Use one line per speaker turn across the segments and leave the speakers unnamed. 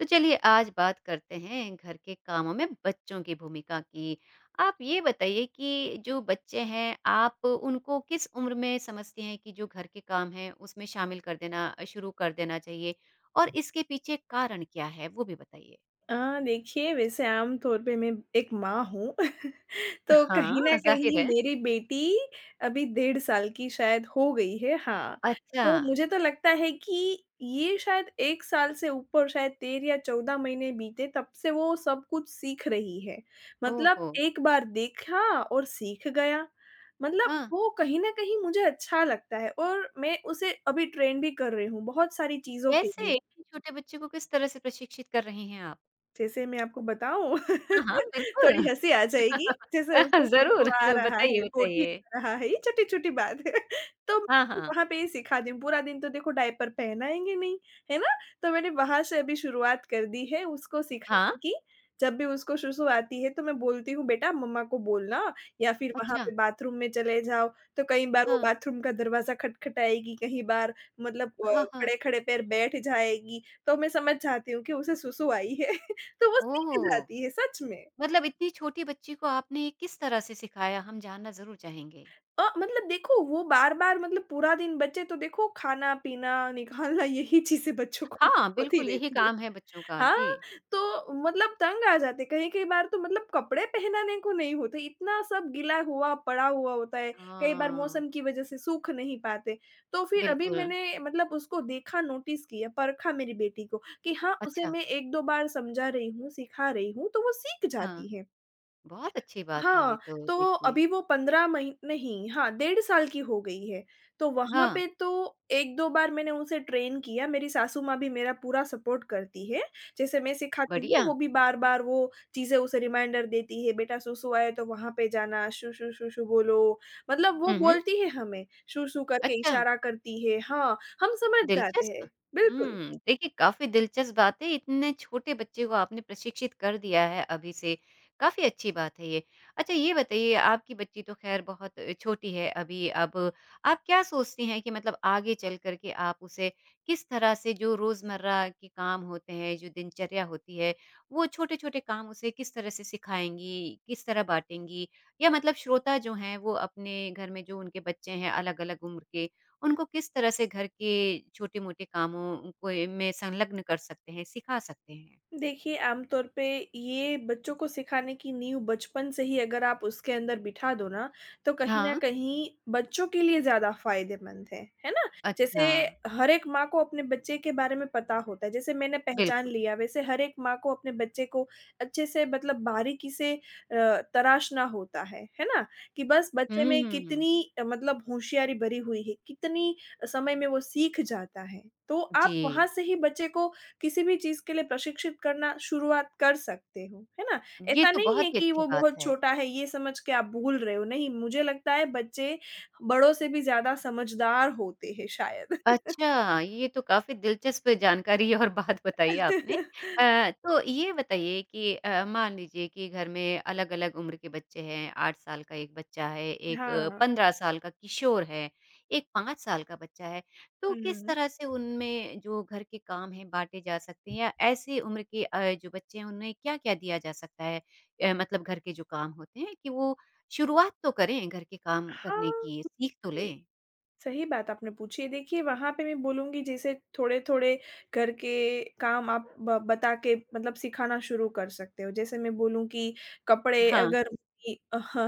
तो चलिए आज बात करते हैं घर के कामों में बच्चों की भूमिका की। आप ये बताइए कि जो बच्चे हैं आप उनको किस उम्र में समझती हैं कि जो घर के काम हैं उसमें शामिल कर देना शुरू कर देना चाहिए? और इसके पीछे कारण क्या है? वो भी बताइए।
अ, देखिए वैसे आम तौर पे मैं एक माँ हूँ। तो कहीं न
हाँ, ज़ाहिर
कहीं
है।
मेरी बेटी अभी 1.5 साल की शायद हो गई है, हाँ।
अच्छा।
तो मुझे तो लगता है कि ये शायद 1 साल से ऊपर शायद 13 या 14 महीने बीते तब से वो सब कुछ सीख रही है। मतलब
ओहो!
एक बार देखा और सीख गया। मतलब
हाँ,
वो कहीं न कहीं मुझे अच्छा लगता है और मैं उसे अभी ट्रेन भी कर रही हूँ बहुत सारी चीज़ों के
कैसे?
लिए।
इतने छोटे बच्चे को किस तरह से प्रशिक्षित कर रही हैं आप?
जैसे मैं आपको बताऊँ?
हाँ, हाँ,
थोड़ी
बिल्कुल।
हँसी आ जाएगी, जैसे उसको
ज़रूर
सुसुआ रहा है,
बताइए,
गोटी
बताइए।
रहा है, ये छोटी-छोटी बात है। तो
हाँ, हाँ।
वहाँ पे ही सिखा दी, पूरा दिन तो देखो डायपर पहनाएँगे नहीं, है ना? तो मैंने वहाँ से अभी शुरुआत कर दी है उसको
हाँ?
सिखाने की। जब भी उसको सुसु आती है तो मैं बोलती हूँ, "बेटा मम्मा को बोलना या फिर वहाँ
अच्छा।
पे बाथरूम में चले जाओ।" तो कई बार वो
हाँ।
बाथरूम का दरवाज़ा खटखटाएगी, कहीं बार मतलब
हाँ, हाँ।
खड़े-खड़े पैर बैठ जाएगी, तो मैं समझ जाती हूँ कि उसे सुसु आई है। तो वो
ओह!
सीख जाती है सच में।
मतलब इतनी छोटी बच्ची को आपने किस तरह से सिखाया? हम जानना ज़रूर चाहेंगे।
मतलब देखो वो बार-बार मतलब पूरा दिन बच्चे तो देखो खाना-पीना, निकालना यही चीज़ें बच्चों को
हाँ,
होती
बिल्कुल यही
रहती है।
काम है बच्चों का। जी।
हाँ, तो मतलब तंग आ जाते हैं। कई-कई बार तो मतलब कपड़े पहनाने को नहीं होते, इतना सब गीला हुआ, पड़ा हुआ होता है। कई बार
हाँ,
मौसम की वजह से सूख नहीं पाते। तो फिर अभी
बिल्कुल।
मैंने मतलब उसको देखा, नोटिस किया, परखा मेरी बेटी को कि हाँ, उसे
अच्छा,
मैं 1-2 बार समझा रही हूँ, सिखा रही हूँ, तो वो सीख
हाँ,
जाती है।
बहुत अच्छी बात है ये
हाँ,
तो
तो
देखिए।
अभी वो 15 मही नहीं हाँ, 1.5 साल की हो गई है। तो वहाँ
हाँ,
पे तो 1-2 बार मैंने उसे ट्रेन किया, मेरी सासू माँ भी मेरा पूरा सपोर्ट करती है। जैसे मैं सिखाती हूँ,
बढ़िया।
वो भी बार-बार वो चीज़ें उसे रिमाइंडर देती है, "बेटा सुसु आए तो वहाँ पे जाना, शुशु शुशु बोलो।" मतलब वो
हुँ, हुँ।
बोलती है हमें, शुशु करके
अच्छा।
इशारा करती है। हाँ, हम समझ जाते हैं।
दिलचस्प।
बिल्कुल।
हुँ, देखिए काफ़ी दिलचस्प बात है, इतने छोटे बच्चे को आपने प्रशिक्षित कर दिया है अभी से, काफ़ी अच्छी बात है ये। अच्छा ये बताइए आपकी बच्ची तो ख़ैर बहुत छोटी है अभी, अब आप क्या सोचती हैं कि मतलब आगे चल कर के आप उसे किस तरह से जो रोज़मर्रा के काम होते हैं, जो दिनचर्या होती है, वो छोटे-छोटे काम उसे किस तरह से सिखाएँगी, किस तरह बाँटेंगी? या मतलब श्रोता जो हैं वो अपने घर में जो उनके बच्चे हैं अलग-अलग उम्र के, उनको किस तरह से घर के छोटे-मोटे कामों कोई में संलग्न कर सकते हैं, सिखा सकते हैं?
देखिए, आमतौर पे ये बच्चों को सिखाने की नींव बचपन से ही अगर आप उसके अंदर बिठा दो ना, तो कहीं न
हाँ।
कहीं बच्चों के लिए ज़्यादा फ़ायदेमंद है ना? जैसे
अच्छा,
हर एक माँ को अपने बच्चे के बारे में पता होता है, जैसे मैंने पहचान
बिल्कुल।
लिया वैसे हर एक माँ को अपने बच्चे को अच्छे से मतलब बारीकी से तराशना होता है ना? कि बस बच्चे में
हुँ,
कितनी मतलब होशियारी भरी हुई है, कितनी समय में वो सीख जाता है। तो आप वहाँ
जी,
से ही बच्चे को किसी भी चीज़ के लिए प्रशिक्षित करना शुरुआत कर सकते हो, है ना?
ये
ऐसा
तो
नहीं है
बहुत ही
कि
अच्छी
वो
बात
बहुत
है।
छोटा है, ये समझ के आप भूल रहे हो, नहीं मुझे लगता है बच्चे बड़ों से भी ज़्यादा समझदार होते हैं शायद।
अच्छा, ये तो काफ़ी दिलचस्प जानकारी और बात बताई आपने। तो ये बताइए कि मान लीजिए कि घर में अलग-अलग उम्र के बच्चे हैं, 8 साल का एक बच्चा है, एक
हाँ।
15 साल का किशोर है, एक 5 साल का बच्चा है, तो
हुँ, हुँ,
किस
हुँ।
तरह से उनमें जो घर के काम हैं बाँटे जा सकते हैं या ऐसी उम्र के जो बच्चे हैं उन्हें क्या-क्या दिया जा सकता है? मतलब घर के जो काम होते हैं कि वो शुरुआत तो करें घर के काम करने
हाँ।
की, सीख तो लें।
सही बात आपने पूछी है। देखिए, वहाँ पे मैं बोलूँगी जैसे थोड़े-थोड़े करके काम आप ब बता के मतलब सिखाना शुरू कर सकते हो। जैसे मैं बोलूँ कि कपड़े
हाँ।
अगर कि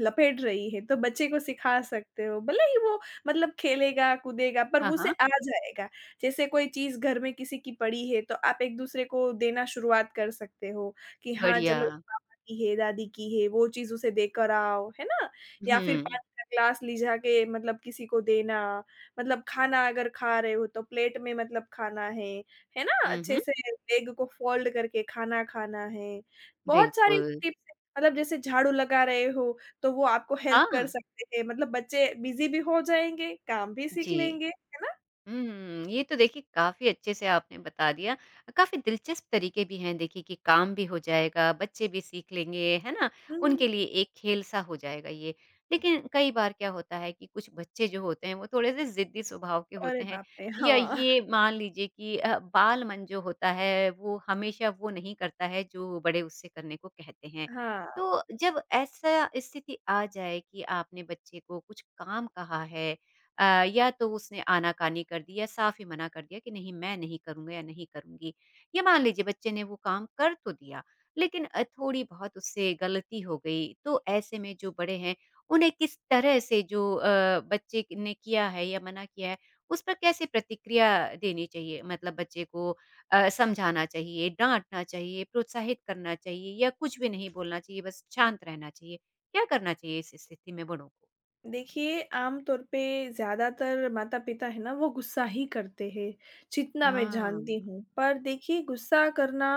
लपेट रही है तो बच्चे को सिखा सकते हो। भले ही वो मतलब खेलेगा, कूदेगा पर
हाँ,
वो उसे
हाँ।
आ जाएगा। जैसे कोई चीज़ घर में किसी की पड़ी है तो आप एक-दूसरे को देना शुरुआत कर सकते हो कि हाँ,
बढ़िया।
चलो ये पापा की है, दादी की है, वो चीज़ उसे देकर आओ, है ना? या फिर पानी
हुँ।
का ग्लास लिझा के मतलब किसी को देना, मतलब खाना अगर खा रहे हो तो प्लेट में मतलब खाना है ना?
हुँ,
अच्छे
हुँ,
से लेग को फ़ोल्ड करके खाना खाना है। बहुत सारी
बिल्कुल।
टिप्स हैं, मतलब जैसे झाड़ू लगा रहे हो, तो वो आपको हेल्प
हाँ,
कर सकते हैं, मतलब बच्चे बिज़ी भी हो जाएँगे, काम भी सीख
जी।
लेंगे, है ना?
हुँ, ये तो देखिए काफ़ी अच्छे से आपने बता दिया। काफ़ी दिलचस्प तरीके भी हैं देखिए कि काम भी हो जाएगा, बच्चे भी सीख लेंगे, है ना?
हुँ,
उनके लिए एक खेल-सा हो जाएगा ये। लेकिन कई बार क्या होता है कि कुछ बच्चे जो होते हैं वो थोड़े-से ज़िद्दी स्वभाव के
अरे
होते हैं
बाप रे!
या
हाँ,
ये मान लीजिए कि बाल-मन जो होता है वो हमेशा वो नहीं करता है जो बड़े उससे करने को कहते हैं।
हाँ।
तो जब ऐसा स्थिति आ जाए कि आपने बच्चे को कुछ काम कहा है या तो उसने आनाकानी कर दी या साफ़ ही मना कर दिया कि नहीं मैं नहीं करूँगा या नहीं करूँगी। या मान लीजिए बच्चे ने वो काम कर तो दिया, लेकिन थोड़ी बहुत उससे गलती हो गई, तो ऐसे में जो बड़े हैं उन्हें किस तरह से जो बच्चे ने किया है या मना किया है, उस पर कैसे प्रतिक्रिया देनी चाहिए? मतलब बच्चे को समझाना चाहिए, डाँटना चाहिए, प्रोत्साहित करना चाहिए या कुछ भी नहीं बोलना चाहिए, बस शांत रहना चाहिए? क्या करना चाहिए इस स्थिति में बड़ों को?
देखिए, आम तौर पे ज़्यादातर माता-पिता है ना, वो गुस्सा ही करते हैं, जितना मैं जानती
हाँ।
हूँ। पर देखिए, गुस्सा करना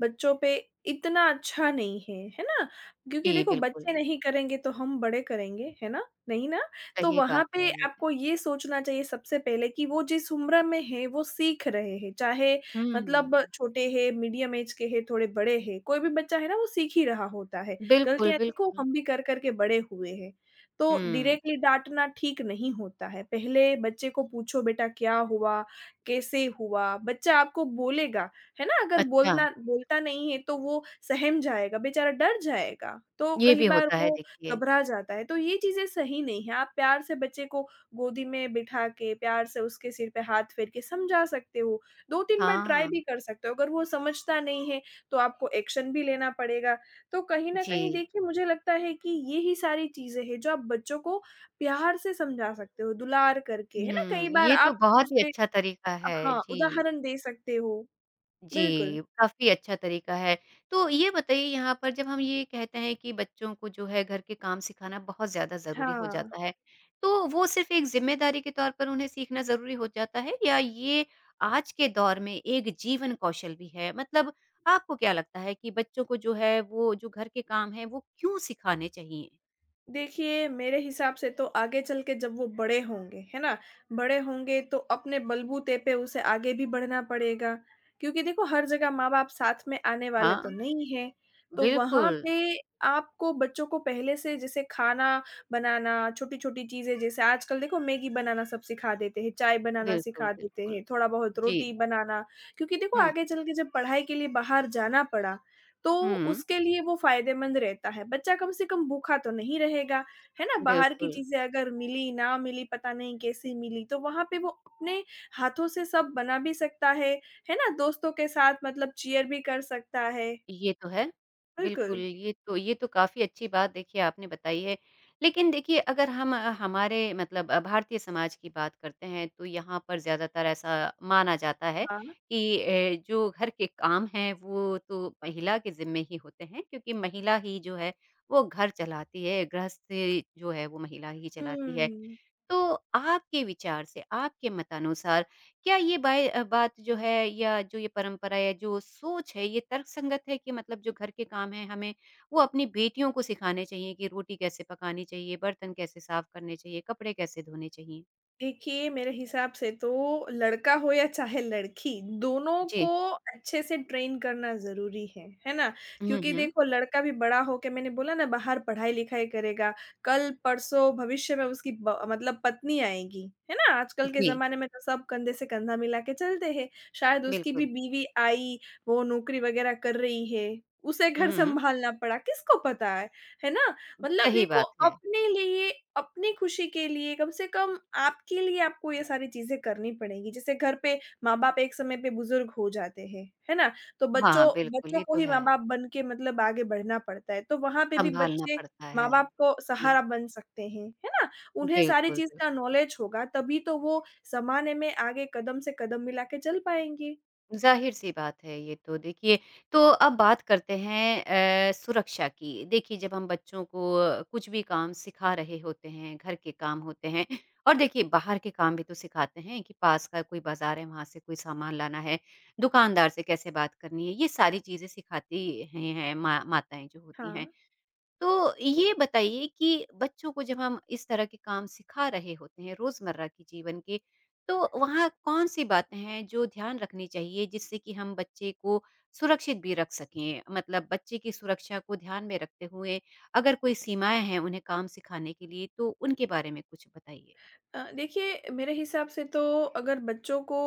बच्चों पे इतना अच्छा नहीं है, है ना? क्योंकि
जी,
देखो,
बिल्कुल।
बच्चे नहीं करेंगे, तो हम बड़े करेंगे, है ना? नहीं ना? तो
सही
वहाँ
बात
पे
है।
आपको ये सोचना चाहिए सबसे पहले कि वो जिस उम्र में हैं, वो सीख रहे हैं। चाहे
हुँ,
मतलब छोटे हैं, मीडियम ऐज के हैं, थोड़े बड़े हैं, कोई भी बच्चा है ना, वो सीख ही रहा होता है।
बिल्कुल,
गलतियाँ देखो,
बिल्कुल।
हम भी कर-कर के बड़े हुए हैं। तो
हुँ,
डायरेक्टली डाँटना ठीक नहीं होता है। पहले बच्चे को पूछो बेटा क्या हुआ? कैसे हुआ? बच्चा आपको बोलेगा, है ना? अगर
अच्छा,
बोलना बोलता नहीं है तो वो सहम जाएगा, बेचारा डर जाएगा। तो
ये
कई
भी
बार
होता है
वो
देखिए।
घबरा जाता है, तो ये चीज़ें सही नहीं है। आप प्यार से बच्चे को गोदी में बिठा के, प्यार से उसके सिर पे हाथ फेर के समझा सकते हो। 2-3 बार ट्राई
हाँ,
भी कर सकते हो। अगर वो समझता नहीं है तो आपको एक्शन भी लेना पड़ेगा। तो कहीं न
जी।
कहीं देखिए मुझे लगता है कि ये ही सारी चीज़ें हैं जो आप बच्चों को प्यार से समझा सकते हो, दुलार करके, है ना?
हुँ,
कई बार
ये तो
आप
बहुत ही
दूसरे
अच्छा तरीका है।
हाँ,
जी।
उदाहरण दे सकते हो। बिल्कुल,
जी, काफ़ी अच्छा तरीका है। तो ये बताइए यहाँ पर जब हम ये कहते हैं कि बच्चों को जो है घर के काम सिखाना बहुत ज़्यादा ज़रूरी हो
हाँ।
जाता है, तो वो सिर्फ़ एक ज़िम्मेदारी के तौर पर उन्हें सीखना ज़रूरी हो जाता है या ये आज के दौर में एक जीवन कौशल भी है? मतलब आपको क्या लगता है कि बच्चों को जो है वो जो घर के काम हैं वो क्यों सिखाने चाहिए?
देखिए, मेरे हिसाब से तो आगे चल के जब वो बड़े होंगे, है ना? बड़े होंगे तो अपने बलबूते पे उसे आगे भी बढ़ना पड़ेगा, क्योंकि देखो हर जगह माँ-बाप साथ में आने वाले
हाँ,
तो नहीं हैं। तो वहाँ
बिल्कुल।
पे आपको बच्चों को पहले से जैसे खाना बनाना, छोटी-छोटी चीज़ें जैसे आजकल देखो मैगी बनाना सब सिखा देते हैं, चाय बनाना
बिल्कुल,
सिखा देते
बिल्कुल।
हैं, थोड़ा-बहुत
जी।
रोटी बनाना। क्योंकि देखो
हुँ,
आगे चल के जब पढ़ाई के लिए बाहर जाना पड़ा तो
हुँ,
उसके लिए वो फ़ायदेमंद रहता है। बच्चा कम से कम भूखा तो नहीं रहेगा, है ना? बाहर की
बिल्कुल।
चीज़ें अगर मिली, ना मिली, पता नहीं कैसी मिली, तो वहाँ पे वो अपने हाथों से सब बना भी सकता है ना? दोस्तों के साथ मतलब चीयर भी कर सकता है।
ये तो है।
बिल्कुल।
बिल्कुल, ये तो काफ़ी अच्छी बात देखिए आपने बताई है। लेकिन देखिए अगर हम हमारे मतलब भारतीय समाज की बात करते हैं तो यहाँ पर ज़्यादातर ऐसा माना जाता है
हाँ।
कि जो घर के काम हैं वो तो महिला के ज़िम्मे ही होते हैं क्योंकि महिला ही जो है वो घर चलाती है, गृहस्थी जो है वो महिला ही चलाती है।
हुँ।
तो आपके विचार से, आपके मतानुसार क्या ये बात जो है या जो ये परंपरा या जो सोच है, ये तर्कसंगत है कि मतलब जो घर के काम हैं हमें वो अपनी बेटियों को सिखाने चाहिए कि रोटी कैसे पकानी चाहिए, बर्तन कैसे साफ करने चाहिए, कपड़े कैसे धोने चाहिए?
देखिए, मेरे हिसाब से तो लड़का हो या चाहे लड़की, दोनों को
जी।
अच्छे से ट्रेन करना ज़रूरी है ना?
हुँ,
क्योंकि
हुँ।
देखो लड़का भी बड़ा होके मैंने बोला ना बाहर पढ़ाई-लिखाई करेगा, कल-परसों भविष्य में उसकी ब मतलब पत्नी आएगी, है ना? आजकल के
जी,
ज़माने में तो सब कंधे से कंधा मिला के चलते हैं, शायद उसकी भी
बिल्कुल।
बीवी आई, वो नौकरी वग़ैरह कर रही है, उसे घर
हुँ,
सँभालना पड़ा, किसको पता है ना? मतलब
सही
देखो
बात है।
अपने लिए, अपनी खुशी के लिए कम से कम आपके लिए आपको ये सारी चीज़ें करनी पड़ेंगी। जैसे घर पे माँ-बाप एक समय पे बुज़ुर्ग हो जाते हैं, है ना? तो बच्चों
हाँ, बिल्कुल,
बच्चों
ये
को
तो
ही
है,
माँ-बाप बन के मतलब आगे बढ़ना पड़ता है। तो वहाँ पे भी
सँभालना
बच्चे
पड़ता है।
माँ-बाप को
जी,
सहारा बन सकते हैं, है ना? उन्हें सारी
बिल्कुल,
चीज़ का
बिल्कुल।
नॉलेज होगा तभी तो वो ज़माने में आगे कदम से कदम मिला के चल पाएँगे।
ज़ाहिर-सी बात है ये तो। देखिए, तो अब बात करते हैं सुरक्षा की। देखिए, जब हम बच्चों को कुछ भी काम सिखा रहे होते हैं, घर के काम होते हैं और देखिए बाहर के काम भी तो सिखाते हैं कि पास का कोई बाज़ार है, वहाँ से कोई सामान लाना है, दुकानदार से कैसे बात करनी है, ये सारी चीज़ें सिखाती हैं, माँ माताएँ जो होती
हाँ।
हैं। तो ये बताइए कि बच्चों को जब हम इस तरह के काम सिखा रहे होते हैं रोजमर्रा के जीवन के, तो वहाँ कौन-सी बातें हैं जो ध्यान रखनी चाहिए जिससे कि हम बच्चे को सुरक्षित भी रख सकें? मतलब बच्चे की सुरक्षा को ध्यान में रखते हुए अगर कोई सीमाएँ हैं उन्हें काम सिखाने के लिए तो उनके बारे में कुछ बताइए?
देखिए मेरे हिसाब से तो अगर बच्चों को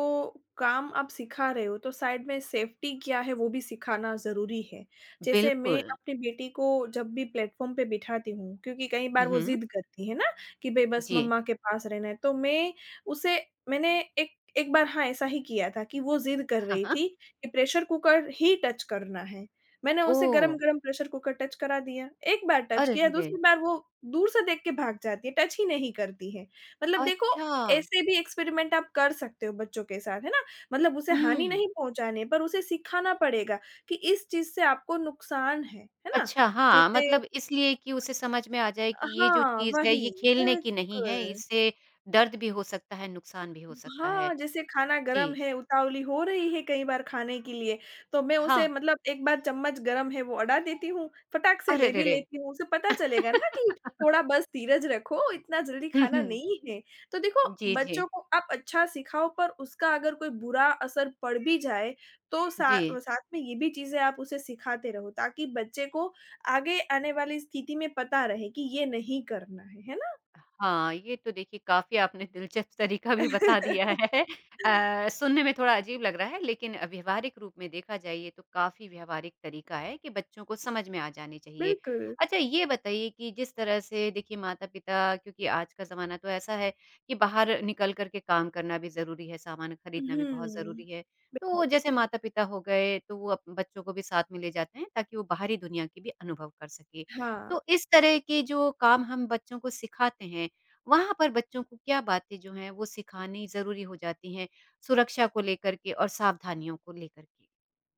काम आप सिखा रहे हो तो साइड में सेफ्टी क्या है वो भी सिखाना ज़रूरी है। जैसे मैं
बिल्कुल।
अपनी बेटी को जब भी प्लेटफ़ॉर्म पे बिठाती हूँ क्योंकि कई बार वो
हुँ,
ज़िद करती है ना कि भई बस
जी।
मम्मा के पास रहना है। तो मैं उसे मैंने एक एक बार हाँ, ऐसा ही किया था कि वो ज़िद कर
हाँ,
रही
हाँ।
थी कि प्रेशर कुकर ही टच करना है। मैंने उसे
ओह!
गरम-गरम प्रेशर कुकर टच करा दिया। एक बार टच
अरे
किया
रे रे!
दूसरी बार वो दूर से देख के भाग जाती है, टच ही नहीं करती है। मतलब देखो,
अच्छा।
ऐसे भी एक्सपेरिमेंट आप कर सकते हो बच्चों के साथ, है ना? मतलब उसे हानि
हुँ।
नहीं पहुँचानी है, पर उसे सिखाना पड़ेगा कि इस चीज़ से आपको नुकसान है ना?
अच्छा, हाँ,
जैसे
मतलब इसलिए कि उसे समझ में आ जाए कि ये जो
हाँ,
चीज़ है,
वही,
ये खेलने की नहीं है,
बिल्कुल।
इससे दर्द भी हो सकता है, नुकसान भी हो सकता है।
हाँ, जैसे खाना गरम
जी,
है, उतावली हो रही है कई बार खाने के लिए, तो मैं उसे
हाँ।
मतलब एक बार चम्मच गरम है वो अड़ा देती हूँ, फटाक से
अरे
ले
रे
भी
रे!
लेती हूँ, उसे पता चलेगा ना कि थोड़ा बस धीरज रखो, इतना जल्दी
हुँ,
खाना
हुँ।
नहीं है। तो देखो
जी, जी।
बच्चों को आप अच्छा सिखाओ पर उसका अगर कोई बुरा असर पड़ भी जाए, तो सा
जी।
साथ में ये भी चीज़ें आप उसे सिखाते रहो ताकि बच्चे को आगे आने वाली स्थिति में पता रहे कि ये नहीं करना है ना?
हाँ, ये तो देखिए काफ़ी आपने दिलचस्प तरीका भी बता दिया है। सुनने में थोड़ा अजीब लग रहा है लेकिन व्यावहारिक रूप में देखा जाए ये तो काफ़ी व्यावहारिक तरीका है कि बच्चों को समझ में आ जाने चाहिए।
बिल्कुल।
अच्छा ये बताइए कि जिस तरह से देखिए माता-पिता क्योंकि आज का ज़माना तो ऐसा है कि बाहर निकल कर के काम करना भी ज़रूरी है, सामान खरीदना भी बहुत
हुँ।
ज़रूरी है। तो
बेहद,
जैसे माता-पिता हो गए तो वो अप बच्चों को भी साथ में ले जाते हैं ताकि वो बाहरी दुनिया की भी अनुभव कर सकें।
हाँ।
तो इस तरह के जो काम हम बच्चों को सिखाते हैं, वहाँ पर बच्चों को क्या बातें जो हैं वो सिखानी ज़रूरी हो जाती हैं, सुरक्षा को लेकर के और सावधानियों को लेकर के?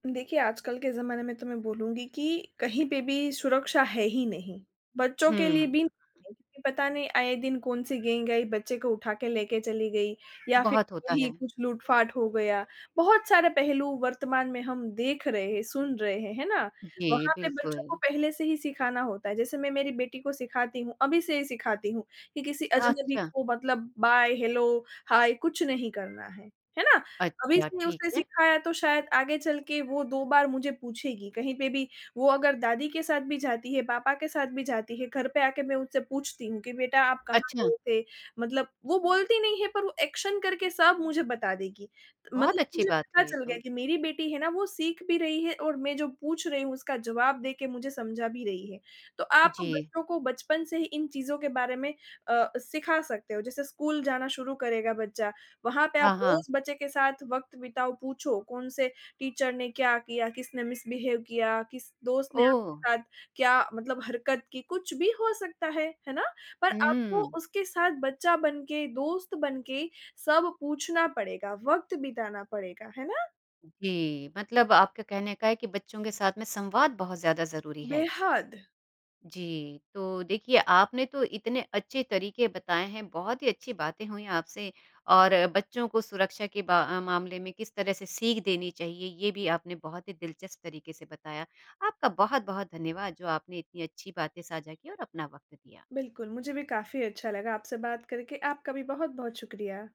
देखिए, आजकल के ज़माने में तो मैं बोलूँगी कि कहीं पे भी सुरक्षा है ही नहीं। बच्चों के लिए
हुँ,
भी नहीं है क्योंकि पता नहीं आए दिन कौन-सी गैंग आई बच्चे को उठा के लेके चली गई या फिर
बहुत होता
वही
है।
कुछ लूट-फाट हो गया। बहुत सारे पहलू वर्तमान में हम देख रहे हैं, सुन रहे हैं, है ना?
जी,
वहाँ पे
बिल्कुल।
बच्चों को पहले से ही सिखाना होता है। जैसे मैं मेरी बेटी को सिखाती हूँ, अभी से ही सिखाती हूँ कि किसी अजनबी
अच्छा,
को मतलब बाय, हेलो, हाय कुछ नहीं करना है। है ना? अभी
अच्छा
से
ठीक
उसने
है।
सीखा है तो शायद आगे चल के वो 2 बार मुझे पूछेगी, कहीं पे भी वो अगर दादी के साथ भी जाती है, पापा के साथ भी जाती है, घर पे आके मैं उनसे पूछती हूँ कि बेटा आप कहाँ
अच्छा,
गए थे? मतलब वो बोलती नहीं है पर वो एक्शन करके सब मुझे बता देगी।
बहुत
मतलब
अच्छी
मुझे
बात
पता
है ये
चल गया
तो।
कि मेरी बेटी है ना वो सीख भी रही है और मैं जो पूछ रही हूँ उसका जवाब दे के मुझे समझा भी रही है। तो आप
जी,
बच्चों को बचपन से ही इन चीज़ों के बारे में सिखा सकते हो। जैसे स्कूल जाना शुरू करेगा बच्चा वहाँ पे आप
हाँ, हाँ।
रोज़ बच्चे के साथ वक़्त बिताओ, पूछो कौन से टीचर ने क्या किया, किसने मिसबिहेव किया, किस दोस्त ने आपके
ओह!
साथ क्या मतलब हरकत की, कुछ भी हो सकता है ना? पर आपको
हुँ।
उसके साथ बच्चा बन के, दोस्त बन के सब पूछना पड़ेगा, वक़्त बिताना पड़ेगा, है ना?
जी, मतलब आपके कहने का है कि बच्चों के साथ में संवाद बहुत ज़्यादा ज़रूरी है।
बेहद,
जी, तो देखिए आपने तो इतने अच्छे तरीके बताए हैं, बहुत ही अच्छी बातें हुई आपसे और बच्चों को सुरक्षा के मामले में किस तरह से सीख देनी चाहिए, ये भी आपने बहुत ही दिलचस्प तरीके से बताया। आपका बहुत-बहुत धन्यवाद जो आपने इतनी अच्छी बातें साझा की और अपना वक़्त दिया।
बिल्कुल मुझे भी काफ़ी अच्छा लगा आपसे बात करके, आपका भी बहुत-बहुत शुक्रिया।